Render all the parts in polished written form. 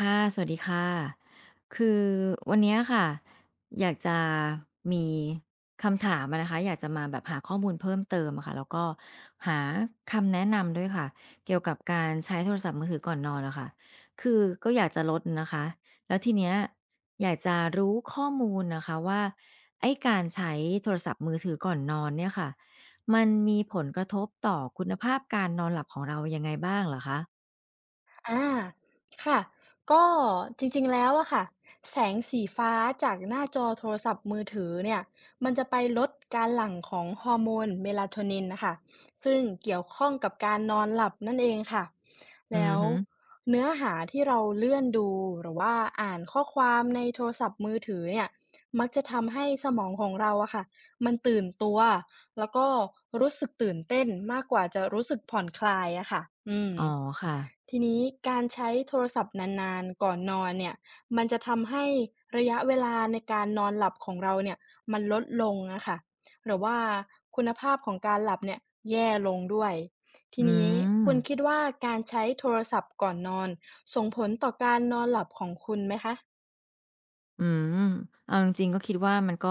ค่ะสวัสดีค่ะคือวันเนี้ยค่ะอยากจะมีคำถามอะนะคะอยากจะมาแบบหาข้อมูลเพิ่มเติมอะค่ะแล้วก็หาคำแนะนำด้วยค่ะเกี่ยวกับการใช้โทรศัพท์มือถือก่อนนอนอะค่ะคือก็อยากจะลดนะคะแล้วทีเนี้ยอยากจะรู้ข้อมูลนะคะว่าไอ้การใช้โทรศัพท์มือถือก่อนนอนเนี่ยค่ะมันมีผลกระทบต่อคุณภาพการนอนหลับของเรายังไงบ้างเหรอคะอาค่ะ ก็จริงๆ แล้วอะค่ะแสงสีฟ้าจากหน้าจอโทรศัพท์มือถือเนี่ยมันจะไปลดการหลั่งของฮอร์โมนเมลาโทนินน่ะค่ะซึ่งเกี่ยวข้องกับการนอนหลับนั่นเองค่ะ อืแล้อวฮึเนื้อหาที่เราเลื่อนดูหรือว่าอ่านข้อความในโทรศัพท์มือถือเนี่ยมักจะทำให้สมองของเราอะค่ะมันตื่นตัว แล้วก็รู้สึกตื่นเต้นมากกว่าจะรู้สึกผ่อนคลายอะค่ะอืมอ๋อค่ะ ทีนี้การใช้โทรศัพท์นานๆก่อนนอนเนี่ยมันจะทำให้ระยะเวลาในการนอนหลับของเราเนี่ยมันลดลงอะค่ะหรือว่าคุณภาพของการหลับเนี่ยแย่ลงด้วยทีอืนี้มคุณคิดว่าการใช้โทรศัพท์ก่อนนอนส่งผลต่อการนอนหลับของคุณไหมคะ อืมเอาจริงๆก็คิดว่ามันก็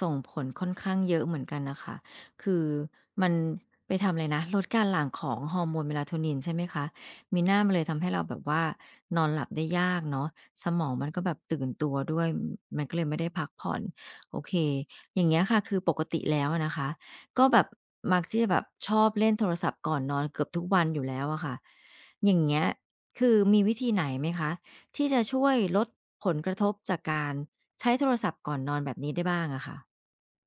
ส่งผลค่อนข้างเยอะเหมือนกันน่ะค่ะคือมันไปทำอะไรนะลดการหลั่งของฮอร์โมน melatonin ใช่ไหมคะมีหน้ามันเลยทำให้เราแบบว่านอนหลับได้ยากเนาะสมองมันก็แบบตื่นตัวด้วยมันก็เลยไม่ได้พักผ่อนโอเคอย่างเงี้ยค่ะคือปกติแล้วอะนะคะก็แบบมักที่จะแบบชอบเล่นโทรศัพท์ก่อนนอนเกือบทุกวันอยู่แล้วอะค่ะอย่างเงี้ยคือมีวิธีไหนไหมคะ ที่จะช่วยลดผลกระทบจากการใช้โทรศัพท์ก่อนนอนแบบนี้ได้บ้างอะค่ะ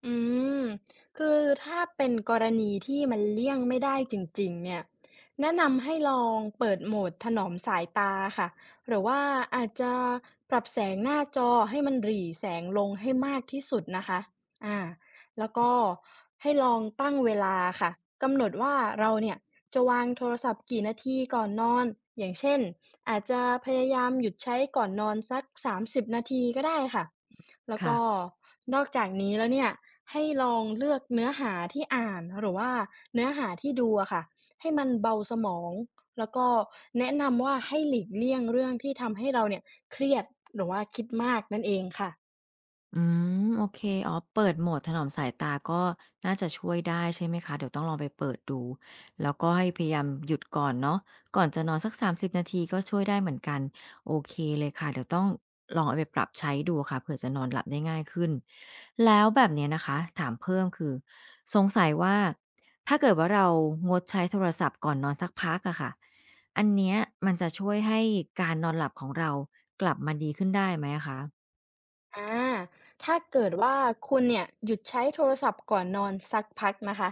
อืมคือถ้าเป็นกรณีที่มันเลี่ยงไม่ได้จริงๆเนี่ยแนะนำให้ลองเปิดโหมดถนอมสายตาค่ะหรือว่าอาจจะปรับแสงหน้าจอให้มันหรี่แสงลงให้มากที่สุดนะคะ อ่าแล้วก็ให้ลองตั้งเวลาค่ะ กำหนดว่าเราเนี่ยจะวางโทรศัพท์กี่นาทีก่อนนอน อย่างเช่นอาจจะพยายามหยุดใช้ก่อนนอนสัก30นาทีก็ได้ค่ะ แล้วก็ค่ะ นอกจากนี้แล้วเนี่ยให้ลองเลือกเนื้อหาที่อ่านหรือว่าเนื้อหาที่ดูอะค่ะให้มันเบาสมองแล้วก็แนะนำว่าให้หลีกเลี่ยงเรื่องที่ทำให้เราเนี่ยเครียดหรือว่าคิดมากนั่นเองค่ะ อืมโอเคอ๋อเปิดโหมดถนอมสายตาก็น่าจะช่วยได้ใช่ไหมคะเดี๋ยวต้องลองไปเปิดดูแล้วก็ให้พยายามหยุดก่อนเนาะก่อนจะนอนสัก30นาทีก็ช่วยได้เหมือนกันโอเคเลยค่ะเดี๋ยวต้องลองเอาไปปรับใช้ดูค่ะเผื่อจะนอนหลับได้ง่ายขึ้นแล้วแบบเนี้ยนะคะถามเพิ่มคือสงสัยว่าถ้าเกิดว่าเรางดใช้โทรศัพท์ก่อนนอนสักพักอะค่ะอันเนี้ยมันจะช่วยให้การนอนหลับของเรากลับมาดีขึ้นได้ไหมอะคะอาถ้าเกิดว่าคุณเนี่ยหยุดใช้โทรศัพท์ก่อนนอนสักพักนะคะ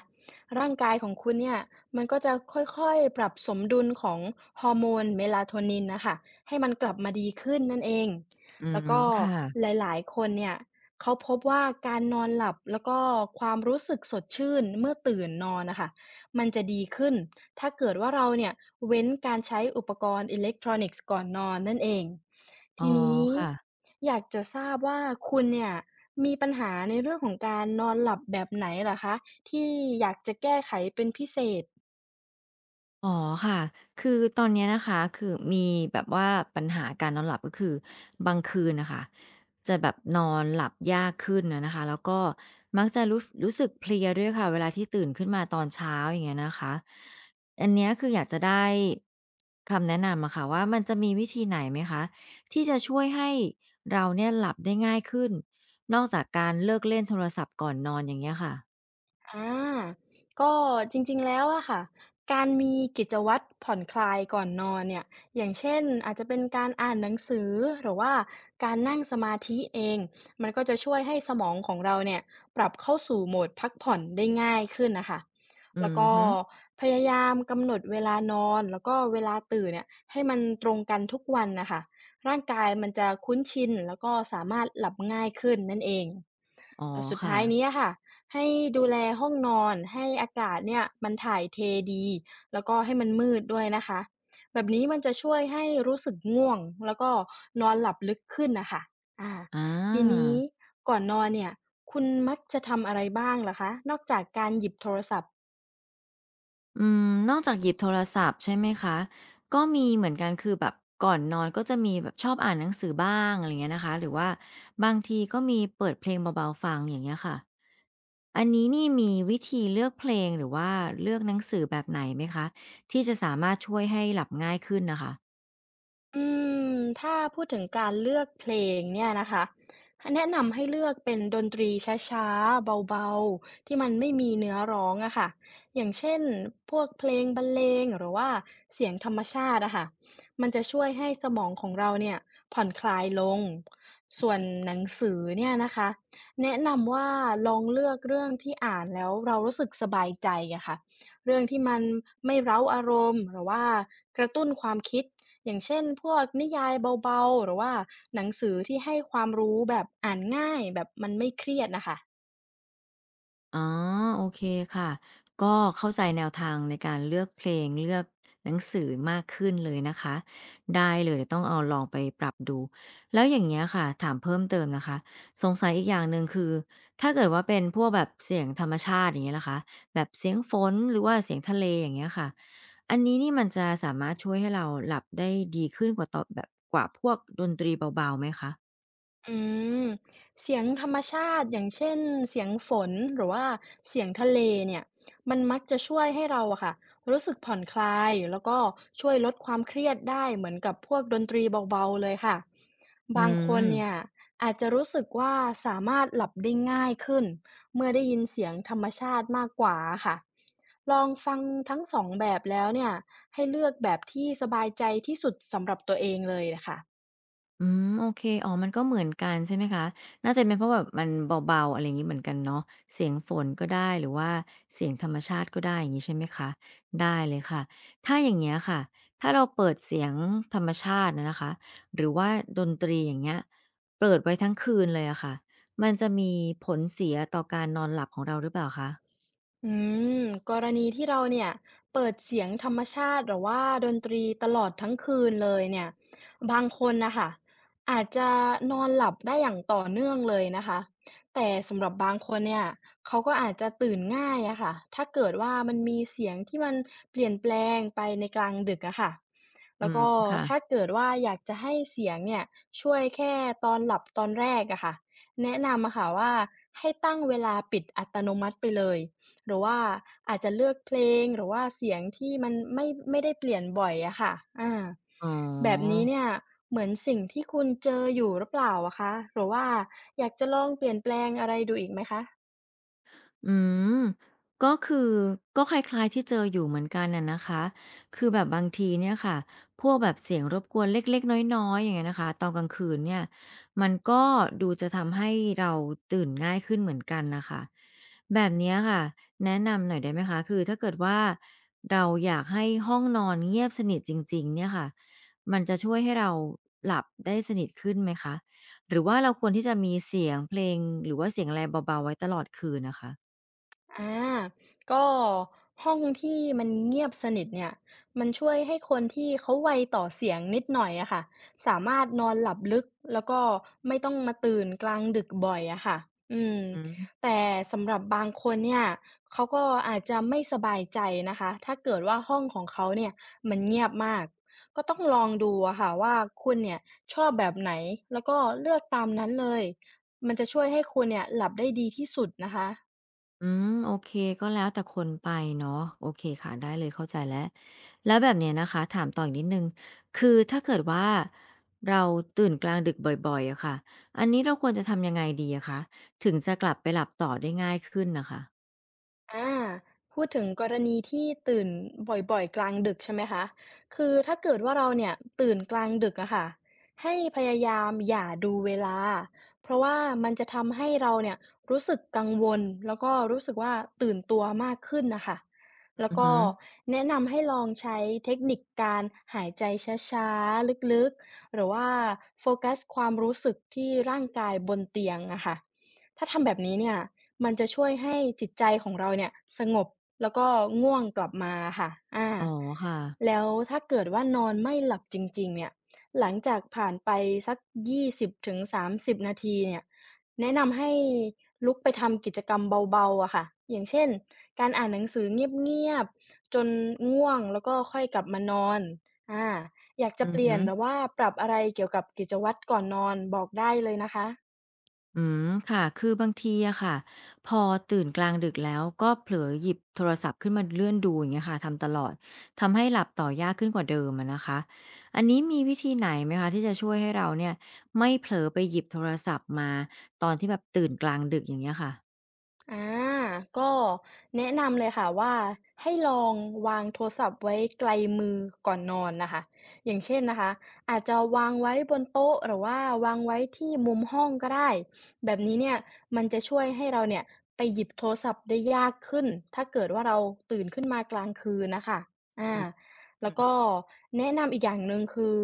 ร่างกายของคุณเนี่ยมันก็จะค่อยๆ ปรับสมดุลของฮอร์โมนเมลาโทนินนะคะให้มันกลับมาดีขึ้นนั่นเอง อืแล้วมก็คห่ะ ลายๆคนเนี่ยเขาพบว่าการนอนหลับแล้วก็ความรู้สึกสดชื่นเมื่อตื่นนอนนะคะมันจะดีขึ้น ถ้าเกิดว่าเราเนี่ยเว้นการใช้อุปกรณ์อิเล็กทรอนิกส์ก่อนนอนนั่นเองอ๋อทีนี้ค่ะอยากจะทราบว่าคุณเนี่ยมีปัญหาในเรื่องของการนอนหลับแบบไหนเหรอคะที่อยากจะแก้ไขเป็นพิเศษ อ๋อค่ะคือตอนเนี้ยนะคะคือมีแบบว่าปัญหาการนอนหลับก็คือบางคืนนะคะจะแบบนอนหลับยากขึ้นนะคะแล้วก็มักจะรู้สึกเพลียด้วยค่ะเวลาที่ตื่นขึ้นมาตอนเช้าอย่างเงี้ยนะคะอันเนี้ยคืออยากจะได้คำแนะนำอะค่ะว่ามันจะมีวิธีไหนไหมคะที่จะช่วยให้เราเนี่ยหลับได้ง่ายขึ้นนอกจากการเลิกเล่นโทรศัพท์ก่อนนอนอย่างเงี้ยค่ะอาก็จริงๆแล้วอะค่ะการมีกิจวัตรผ่อนคลายก่อนนอนเนี่ยอย่างเช่นอาจจะเป็นการอ่านหนังสือหรือว่าการนั่งสมาธิเองมันก็จะช่วยให้สมองของเราเนี่ยปรับเข้าสู่โหมดพักผ่อนได้ง่ายขึ้นน่ะค่ะอืแล้วอก็ฮึพยายามกำหนดเวลานอนแล้วก็เวลาตื่นเนี่ยให้มันตรงกันทุกวันน่ะค่ะร่างกายมันจะคุ้นชินแล้วก็สามารถหลับง่ายขึ้นนั่นเองอ๋อแล้วสุดค่ะท้ายนี้อะค่ะ ให้ดูแลห้องนอนให้อากาศเนี่ยมันถ่ายเทดีแล้วก็ให้มันมืดด้วยนะคะแบบนี้มันจะช่วยให้รู้สึกง่วงแล้วก็นอนหลับลึกขึ้นนะคะอาอา ทีนี้ก่อนนอนเนี่ยคุณมักจะทำอะไรบ้างล่ะคะนอกจากการหยิบโทรศัพท์ อืมนอกจากหยิบโทรศัพท์ใช่ไหมคะ ก็มีเหมือนกันคือแบบก่อนนอนก็จะมีแบบชอบอ่านหนังสือบ้างอะไรเงี้ยนะคะหรือว่าบางทีก็มีเปิดเพลงเบาๆฟังอย่างเงี้ยค่ะ อันนี้นี่มีวิธีเลือกเพลงหรือว่าเลือกหนังสือแบบไหนไหมคะที่จะสามารถช่วยให้หลับง่ายขึ้นน่ะค่ะ อืมถ้าพูดถึงการเลือกเพลงเนี่ยนะคะแนะนำให้เลือกเป็นดนตรีช้าๆเบาๆที่มันไม่มีเนื้อร้องอะค่ะอย่างเช่นพวกเพลงบรรเลงหรือว่าเสียงธรรมชาติอะค่ะมันจะช่วยให้สมองของเราเนี่ยผ่อนคลายลงส่วนหนังสือเนี่ยนะคะแนะนำว่าลองเลือกเรื่องที่อ่านแล้วเรารู้สึกสบายใจอะค่ะเรื่องที่มันไม่เร้าอารมณ์หรือว่ากระตุ้นความคิด อย่างเช่นพวกนิยายเบาๆหรือว่าหนังสือที่ให้ความรู้แบบอ่านง่ายแบบมันไม่เครียดนะคะ อ๋อโอเคค่ะก็เข้าใจแนวทางในการเลือกเพลงเลือกหนังสือมากขึ้นเลยนะคะได้เลยเดี๋ยวต้องเอาลองไปปรับดูแล้วอย่างเงี้ยค่ะถามเพิ่มเติมนะคะสงสัยอีกอย่างหนึ่งคือถ้าเกิดว่าเป็นพวกแบบเสียงธรรมชาติอย่างเงี้ยล่ะคะแบบเสียงฝนหรือว่าเสียงทะเลอย่างเงี้ยค่ะอันนี้นี่มันจะสามารถช่วยให้เราหลับได้ดีขึ้นกว่าตอนแบบกว่าพวกดนตรีเบาๆไหมคะอืมเสียงธรรมชาติอย่างเช่นเสียงฝนหรือว่าเสียงทะเลเนี่ยมันมักจะช่วยให้เราอะค่ะรู้สึกผ่อนคลายแล้วก็ช่วยลดความเครียดได้เหมือนกับพวกดนตรีเบาๆเลยค่ะอืบางคนเนี่ยม อาจจะรู้สึกว่าสามารถหลับได้ง่ายขึ้นเมื่อได้ยินเสียงธรรมชาติมากกว่าค่ะลองฟังทั้งสองแบบแล้วเนี่ยให้เลือกแบบที่สบายใจที่สุดสำหรับตัวเองเลยนะคะ อืมโอเคอ๋อมันก็เหมือนกันใช่ไหมคะน่าจะเป็นเพราะแบบมันเบาๆอะไรอย่างงี้เหมือนกันเนาะเสียงฝนก็ได้หรือว่าเสียงธรรมชาติก็ได้อย่างงี้ใช่ไหมคะได้เลยค่ะถ้าอย่างเงี้ยค่ะถ้าเราเปิดเสียงธรรมชาติอะนะคะหรือว่าดนตรีอย่างเงี้ยเปิดไว้ทั้งคืนเลยอะค่ะมันจะมีผลเสียต่อการนอนหลับของเราหรือเปล่าคะอืมกรณีที่เราเนี่ยเปิดเสียงธรรมชาติหรือว่าดนตรีตลอดทั้งคืนเลยเนี่ยบางคนนะคะอาจจะนอนหลับได้อย่างต่อเนื่องเลยนะคะแต่สำหรับบางคนเนี่ยเขาก็อาจจะตื่นง่ายอะค่ะถ้าเกิดว่ามันมีเสียงที่มันเปลี่ยนแปลงไปในกลางดึกอะค่ะอืแล้วมก็ถ้าค่ะเกิดว่าอยากจะให้เสียงเนี่ยช่วยแค่ตอนหลับตอนแรกอะค่ะแนะนำอะค่ะว่าให้ตั้งเวลาปิดอัตโนมัติไปเลย หรือว่าอาจจะเลือกเพลงหรือว่าเสียงที่มันไม่ได้เปลี่ยนบ่อยอะค่ะอาอ๋อ แบบนี้เนี่ยเหมือนสิ่งที่คุณเจออยู่หรือเปล่าอะคะหรือว่าอยากจะลองเปลี่ยนแปลงอะไรดูอีกไหมคะ อืมก็คือก็คล้ายๆที่เจออยู่เหมือนกันน่ะนะคะคือแบบบางทีเนี่ยค่ะพวกแบบเสียงรบกวนเล็กๆน้อยๆอย่างเงี้ยนะคะตอนกลางคืนเนี่ยมันก็ดูจะทำให้เราตื่นง่ายขึ้นเหมือนกันน่ะค่ะแบบเนี้ยค่ะแนะนำหน่อยได้ไหมคะคือถ้าเกิดว่าเราอยากให้ห้องนอนเงียบสนิทจริงๆเนี่ยค่ะมันจะช่วยให้เราหลับได้สนิทขึ้นไหมคะหรือว่าเราควรที่จะมีเสียงเพลงหรือว่าเสียงอะไรเบาๆไว้ตลอดคืนน่ะคะ อาก็ห้องที่มันเงียบสนิทเนี่ยมันช่วยให้คนที่เขาไวต่อเสียงนิดหน่อยอะค่ะสามารถนอนหลับลึกแล้วก็ไม่ต้องมาตื่นกลางดึกบ่อยอะค่ะอืมอืมแต่สำหรับบางคนเนี่ยเขาก็อาจจะไม่สบายใจนะคะถ้าเกิดว่าห้องของเขาเนี่ยมันเงียบมากก็ต้องลองดูอะค่ะว่าคุณเนี่ยชอบแบบไหนแล้วก็เลือกตามนั้นเลยมันจะช่วยให้คุณเนี่ยหลับได้ดีที่สุดนะคะ อืม โอเค ก็แล้วแต่คนไปเนาะโอเคค่ะ ได้เลยเข้าใจแล้ว แล้วแบบเนี้ยนะคะ ถามต่ออีกนิดหนึ่งคือถ้าเกิดว่าเราตื่นกลางดึกบ่อยๆอะค่ะอันนี้เราควรจะทำยังไงดีอะคะ ถึงจะกลับไปหลับต่อได้ง่ายขึ้นน่ะค่ะอาพูดถึงกรณีที่ตื่นบ่อยๆกลางดึกใช่ไหมคะคือถ้าเกิดว่าเราเนี่ยตื่นกลางดึกอะค่ะให้พยายามอย่าดูเวลาเพราะว่ามันจะทำให้เราเนี่ยรู้สึกกังวลแล้วก็รู้สึกว่าตื่นตัวมากขึ้นน่ะค่ะแล้อืวอก็ฮึแนะนำให้ลองใช้เทคนิคการหายใจช้าๆลึกๆหรือว่าโฟกัสความรู้สึกที่ร่างกายบนเตียงอะค่ะถ้าทำแบบนี้เนี่ย มันจะช่วยให้จิตใจของเราเนี่ยสงบแล้วก็ง่วงกลับมาค่ะอาอ๋อค่ะแล้วถ้าเกิดว่านอนไม่หลับจริงๆเนี่ยหลังจากผ่านไปสัก20-30นาทีเนี่ยแนะนำให้ลุกไปทำกิจกรรมเบาๆอะค่ะอย่างเช่นการอ่านหนังสือเงียบๆจนง่วงแล้วก็ค่อยกลับมานอนอาอยากจะอืเปอลี่ยฮึ นหรือว่าปรับอะไรเกี่ยวกับกิจวัตรก่อนนอนบอกได้เลยนะคะ อืมค่ะคือบางทีอะค่ะพอตื่นกลางดึกแล้วก็เผลอหยิบโทรศัพท์ขึ้นมาเลื่อนดูอย่างเงี้ยค่ะทำตลอดทำให้หลับต่อยากขึ้นกว่าเดิมอะนะคะอันนี้มีวิธีไหนไหมคะที่จะช่วยให้เราเนี่ยไม่เผลอไปหยิบโทรศัพท์มาตอนที่แบบตื่นกลางดึกอย่างเงี้ยค่ะอาก็แนะนำเลยค่ะว่าให้ลองวางโทรศัพท์ไว้ไกลมือก่อนนอนนะคะอย่างเช่นนะคะอาจจะวางไว้บนโต๊ะหรือว่าวางไว้ที่มุมห้องก็ได้แบบนี้เนี่ยมันจะช่วยให้เราเนี่ยไปหยิบโทรศัพท์ได้ยากขึ้นถ้าเกิดว่าเราตื่นขึ้นมากลางคืนนะคะอาอืม แล้วก็แนะนำอีกอย่างหนึ่งคือ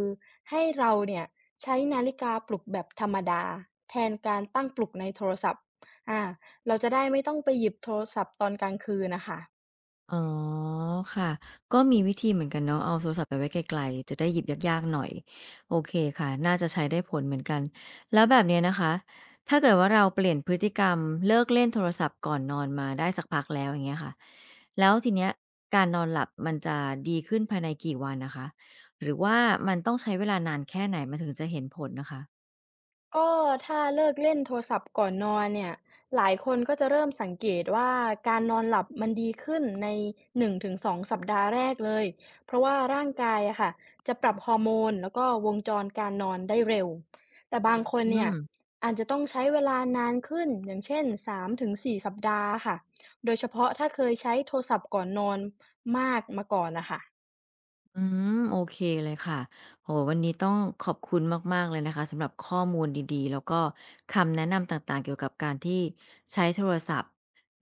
ให้เราเนี่ยใช้นาฬิกาปลุกแบบธรรมดาแทนการตั้งปลุกในโทรศัพท์อา เราจะได้ไม่ต้องไปหยิบโทรศัพท์ตอนกลางคืนน่ะค่ะอ๋อค่ะก็มีวิธีเหมือนกันเนาะเอาโทรศัพท์ไปไว้ไกลๆจะได้หยิบยากๆหน่อยโอเคค่ะน่าจะใช้ได้ผลเหมือนกันแล้วแบบเนี้ยนะคะถ้าเกิดว่าเราเปลี่ยนพฤติกรรมเลิกเล่นโทรศัพท์ก่อนนอนมาได้สักพักแล้วอย่างเงี้ยค่ะแล้วทีเนี้ยการนอนหลับมันจะดีขึ้นภายในกี่วันนะคะหรือว่ามันต้องใช้เวลานานแค่ไหนมันถึงจะเห็นผลนะคะก็ถ้าเลิกเล่นโทรศัพท์ก่อนนอนเนี่ยหลายคนก็จะเริ่มสังเกตว่าการนอนหลับมันดีขึ้นใน1-2สองสัปดาห์แรกเลยเพราะว่าร่างกายอะค่ะจะปรับฮอร์โมนแล้วก็วงจรการนอนได้เร็วแต่บางคนอืเนี่ยม อาจจะต้องใช้เวลานานขึ้นอย่างเช่น3-4สสัปดาห์ค่ะโดยเฉพาะถ้าเคยใช้โทรศัพท์ก่อนนอนมากมาก่อนน่ะค่ะอืมโอเคเลยค่ะโหวันนี้ต้องขอบคุณมากๆเลยนะคะสำหรับข้อมูลดีๆแล้วก็คำแนะนำต่างๆเกี่ยวกับการที่ใช้โทรศัพท์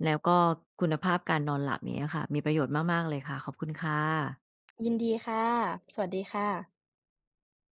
แล้วก็คุณภาพการนอนหลับอย่างเงี้ยค่ะมีประโยชน์มากๆเลยค่ะขอบคุณค่ะยินดีค่ะสวัสดีค่ะ